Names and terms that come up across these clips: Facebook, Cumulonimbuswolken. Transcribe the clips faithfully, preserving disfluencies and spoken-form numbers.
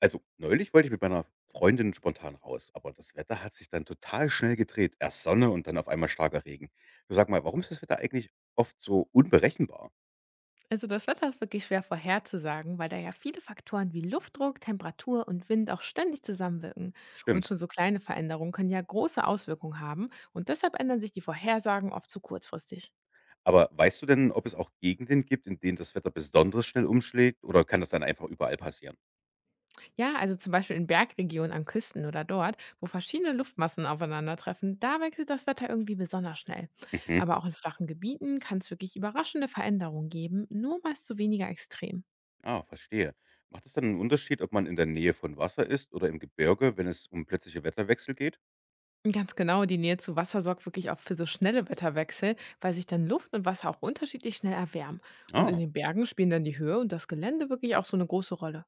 Also, neulich wollte ich mit meiner Freundin spontan raus, aber das Wetter hat sich dann total schnell gedreht. Erst Sonne und dann auf einmal starker Regen. Du sag mal, warum ist das Wetter eigentlich oft so unberechenbar? Also das Wetter ist wirklich schwer vorherzusagen, weil da ja viele Faktoren wie Luftdruck, Temperatur und Wind auch ständig zusammenwirken. Und Stimmt. schon so kleine Veränderungen können ja große Auswirkungen haben und deshalb ändern sich die Vorhersagen oft zu kurzfristig. Aber weißt du denn, ob es auch Gegenden gibt, in denen das Wetter besonders schnell umschlägt oder kann das dann einfach überall passieren? Ja, also zum Beispiel in Bergregionen an Küsten oder dort, wo verschiedene Luftmassen aufeinandertreffen, da wechselt das Wetter irgendwie besonders schnell. Mhm. Aber auch in flachen Gebieten kann es wirklich überraschende Veränderungen geben, nur meist zu weniger extrem. Ah, verstehe. Macht es dann einen Unterschied, ob man in der Nähe von Wasser ist oder im Gebirge, wenn es um plötzliche Wetterwechsel geht? Ganz genau, die Nähe zu Wasser sorgt wirklich auch für so schnelle Wetterwechsel, weil sich dann Luft und Wasser auch unterschiedlich schnell erwärmen. Und in Ah. den Bergen spielen dann die Höhe und das Gelände wirklich auch so eine große Rolle.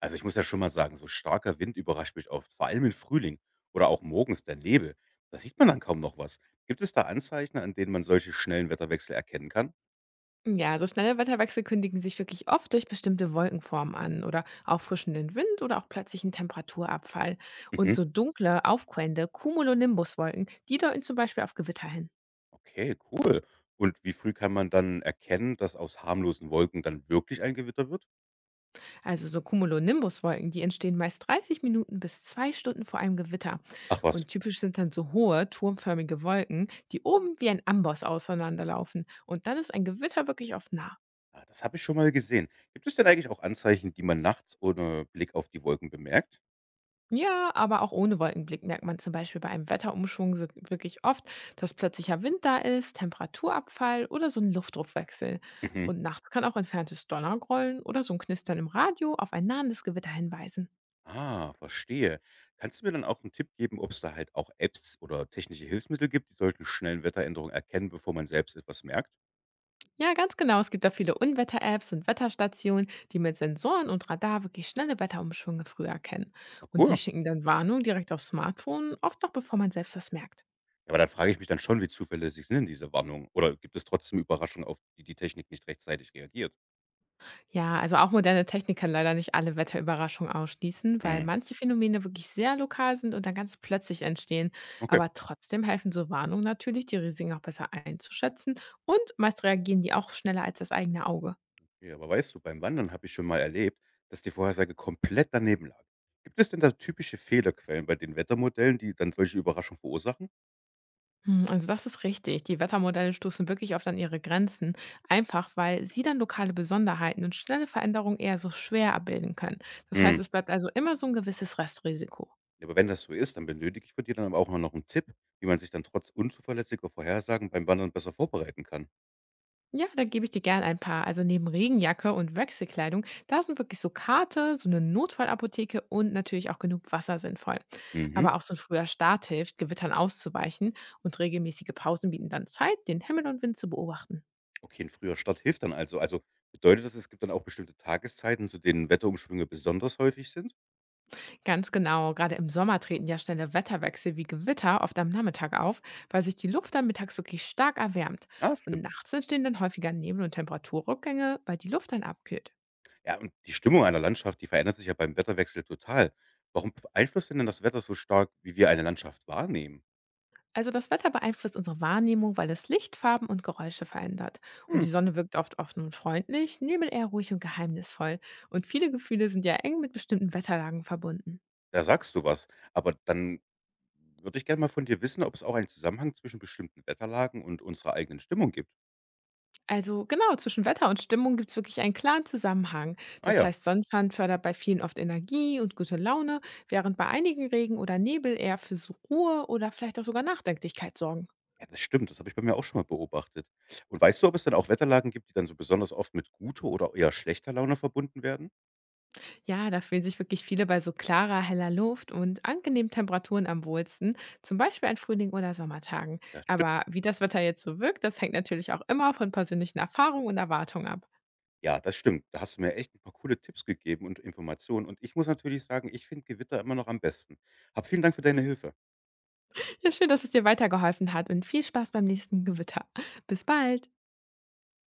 Also, ich muss ja schon mal sagen, so starker Wind überrascht mich oft, vor allem im Frühling oder auch morgens der Nebel. Da sieht man dann kaum noch was. Gibt es da Anzeichen, an denen man solche schnellen Wetterwechsel erkennen kann? Ja, so schnelle Wetterwechsel kündigen sich wirklich oft durch bestimmte Wolkenformen an oder auffrischenden Wind oder auch plötzlichen Temperaturabfall. Und Mhm. so dunkle, aufquellende Cumulonimbuswolken, die deuten zum Beispiel auf Gewitter hin. Okay, cool. Und wie früh kann man dann erkennen, dass aus harmlosen Wolken dann wirklich ein Gewitter wird? Also so Cumulonimbuswolken, die entstehen meist dreißig Minuten bis zwei Stunden vor einem Gewitter. Ach was, Und typisch sind dann so hohe, turmförmige Wolken, die oben wie ein Amboss auseinanderlaufen. Und dann ist ein Gewitter wirklich oft nah. ah, das habe ich schon mal gesehen. Gibt es denn eigentlich auch Anzeichen, die man nachts ohne Blick auf die Wolken bemerkt? Ja, aber auch ohne Wolkenblick merkt man zum Beispiel bei einem Wetterumschwung so wirklich oft, dass plötzlicher Wind da ist, Temperaturabfall oder so ein Luftdruckwechsel. Mhm. Und nachts kann auch entferntes Donnergrollen oder so ein Knistern im Radio auf ein nahendes Gewitter hinweisen. Ah, verstehe. Kannst du mir dann auch einen Tipp geben, ob es da halt auch Apps oder technische Hilfsmittel gibt, die solchen schnellen Wetteränderungen erkennen, bevor man selbst etwas merkt? Ja, ganz genau. Es gibt da viele Unwetter-Apps und Wetterstationen, die mit Sensoren und Radar wirklich schnelle Wetterumschwünge früh erkennen. Ah, Und die cool. schicken dann Warnungen direkt aufs Smartphone, oft noch bevor man selbst das merkt. Ja, aber dann frage ich mich dann schon, wie zuverlässig sind denn diese Warnungen? Oder gibt es trotzdem Überraschungen, auf die die Technik nicht rechtzeitig reagiert? Ja, also auch moderne Technik kann leider nicht alle Wetterüberraschungen ausschließen, weil Hm, manche Phänomene wirklich sehr lokal sind und dann ganz plötzlich entstehen. okay. Aber trotzdem helfen so Warnungen natürlich, die Risiken auch besser einzuschätzen und meist reagieren die auch schneller als das eigene Auge. Ja, aber weißt du, beim Wandern habe ich schon mal erlebt, dass die Vorhersage komplett daneben lag. Gibt es denn da typische Fehlerquellen bei den Wettermodellen, die dann solche Überraschungen verursachen? Hm, also das ist richtig. Die Wettermodelle stoßen wirklich oft an ihre Grenzen, einfach weil sie dann lokale Besonderheiten und schnelle Veränderungen eher so schwer abbilden können. Das Hm. heißt, es bleibt also immer so ein gewisses Restrisiko. Ja, aber wenn das so ist, dann benötige ich von dir dann aber auch noch einen Tipp, wie man sich dann trotz unzuverlässiger Vorhersagen beim Wandern besser vorbereiten kann. Ja, da gebe ich dir gern ein paar. Also neben Regenjacke und Wechselkleidung, da sind wirklich so Karte, so eine Notfallapotheke und natürlich auch genug Wasser sinnvoll. Mhm. Aber auch so ein früher Start hilft, Gewittern auszuweichen und regelmäßige Pausen bieten dann Zeit, den Himmel und Wind zu beobachten. Okay, ein früher Start hilft dann also. Also, bedeutet das, es gibt dann auch bestimmte Tageszeiten, zu denen Wetterumschwünge besonders häufig sind? Ganz genau. Gerade im Sommer treten ja schnelle Wetterwechsel wie Gewitter oft am Nachmittag auf, weil sich die Luft dann mittags wirklich stark erwärmt. Ja, Und stimmt. nachts entstehen dann häufiger Nebel- und Temperaturrückgänge, weil die Luft dann abkühlt. Ja, und die Stimmung einer Landschaft, die verändert sich ja beim Wetterwechsel total. Warum beeinflusst denn denn das Wetter so stark, wie wir eine Landschaft wahrnehmen? Also das Wetter beeinflusst unsere Wahrnehmung, weil es Licht, Farben und Geräusche verändert. Und Hm, die Sonne wirkt oft offen und freundlich, Nebel eher ruhig und geheimnisvoll. Und viele Gefühle sind ja eng mit bestimmten Wetterlagen verbunden. da sagst du was. Aber dann würde ich gerne mal von dir wissen, ob es auch einen Zusammenhang zwischen bestimmten Wetterlagen und unserer eigenen Stimmung gibt. Also genau, zwischen Wetter und Stimmung gibt es wirklich einen klaren Zusammenhang. Ah Das ja. heißt, Sonnenschein fördert bei vielen oft Energie und gute Laune, während bei einigen Regen oder Nebel eher für so Ruhe oder vielleicht auch sogar Nachdenklichkeit sorgen. Ja, das stimmt, das habe ich bei mir auch schon mal beobachtet. Und weißt du, ob es dann auch Wetterlagen gibt, die dann so besonders oft mit guter oder eher schlechter Laune verbunden werden? Ja, da fühlen sich wirklich viele bei so klarer, heller Luft und angenehmen Temperaturen am wohlsten, zum Beispiel an Frühling- oder Sommertagen. Das. Aber wie das Wetter jetzt so wirkt, das hängt natürlich auch immer von persönlichen Erfahrungen und Erwartungen ab. Ja, das stimmt. Da hast du mir echt ein paar coole Tipps gegeben und Informationen. Und ich muss natürlich sagen, ich finde Gewitter immer noch am besten. Hab vielen Dank für deine Hm. Hilfe. Ja, schön, dass es dir weitergeholfen hat und viel Spaß beim nächsten Gewitter. Bis bald!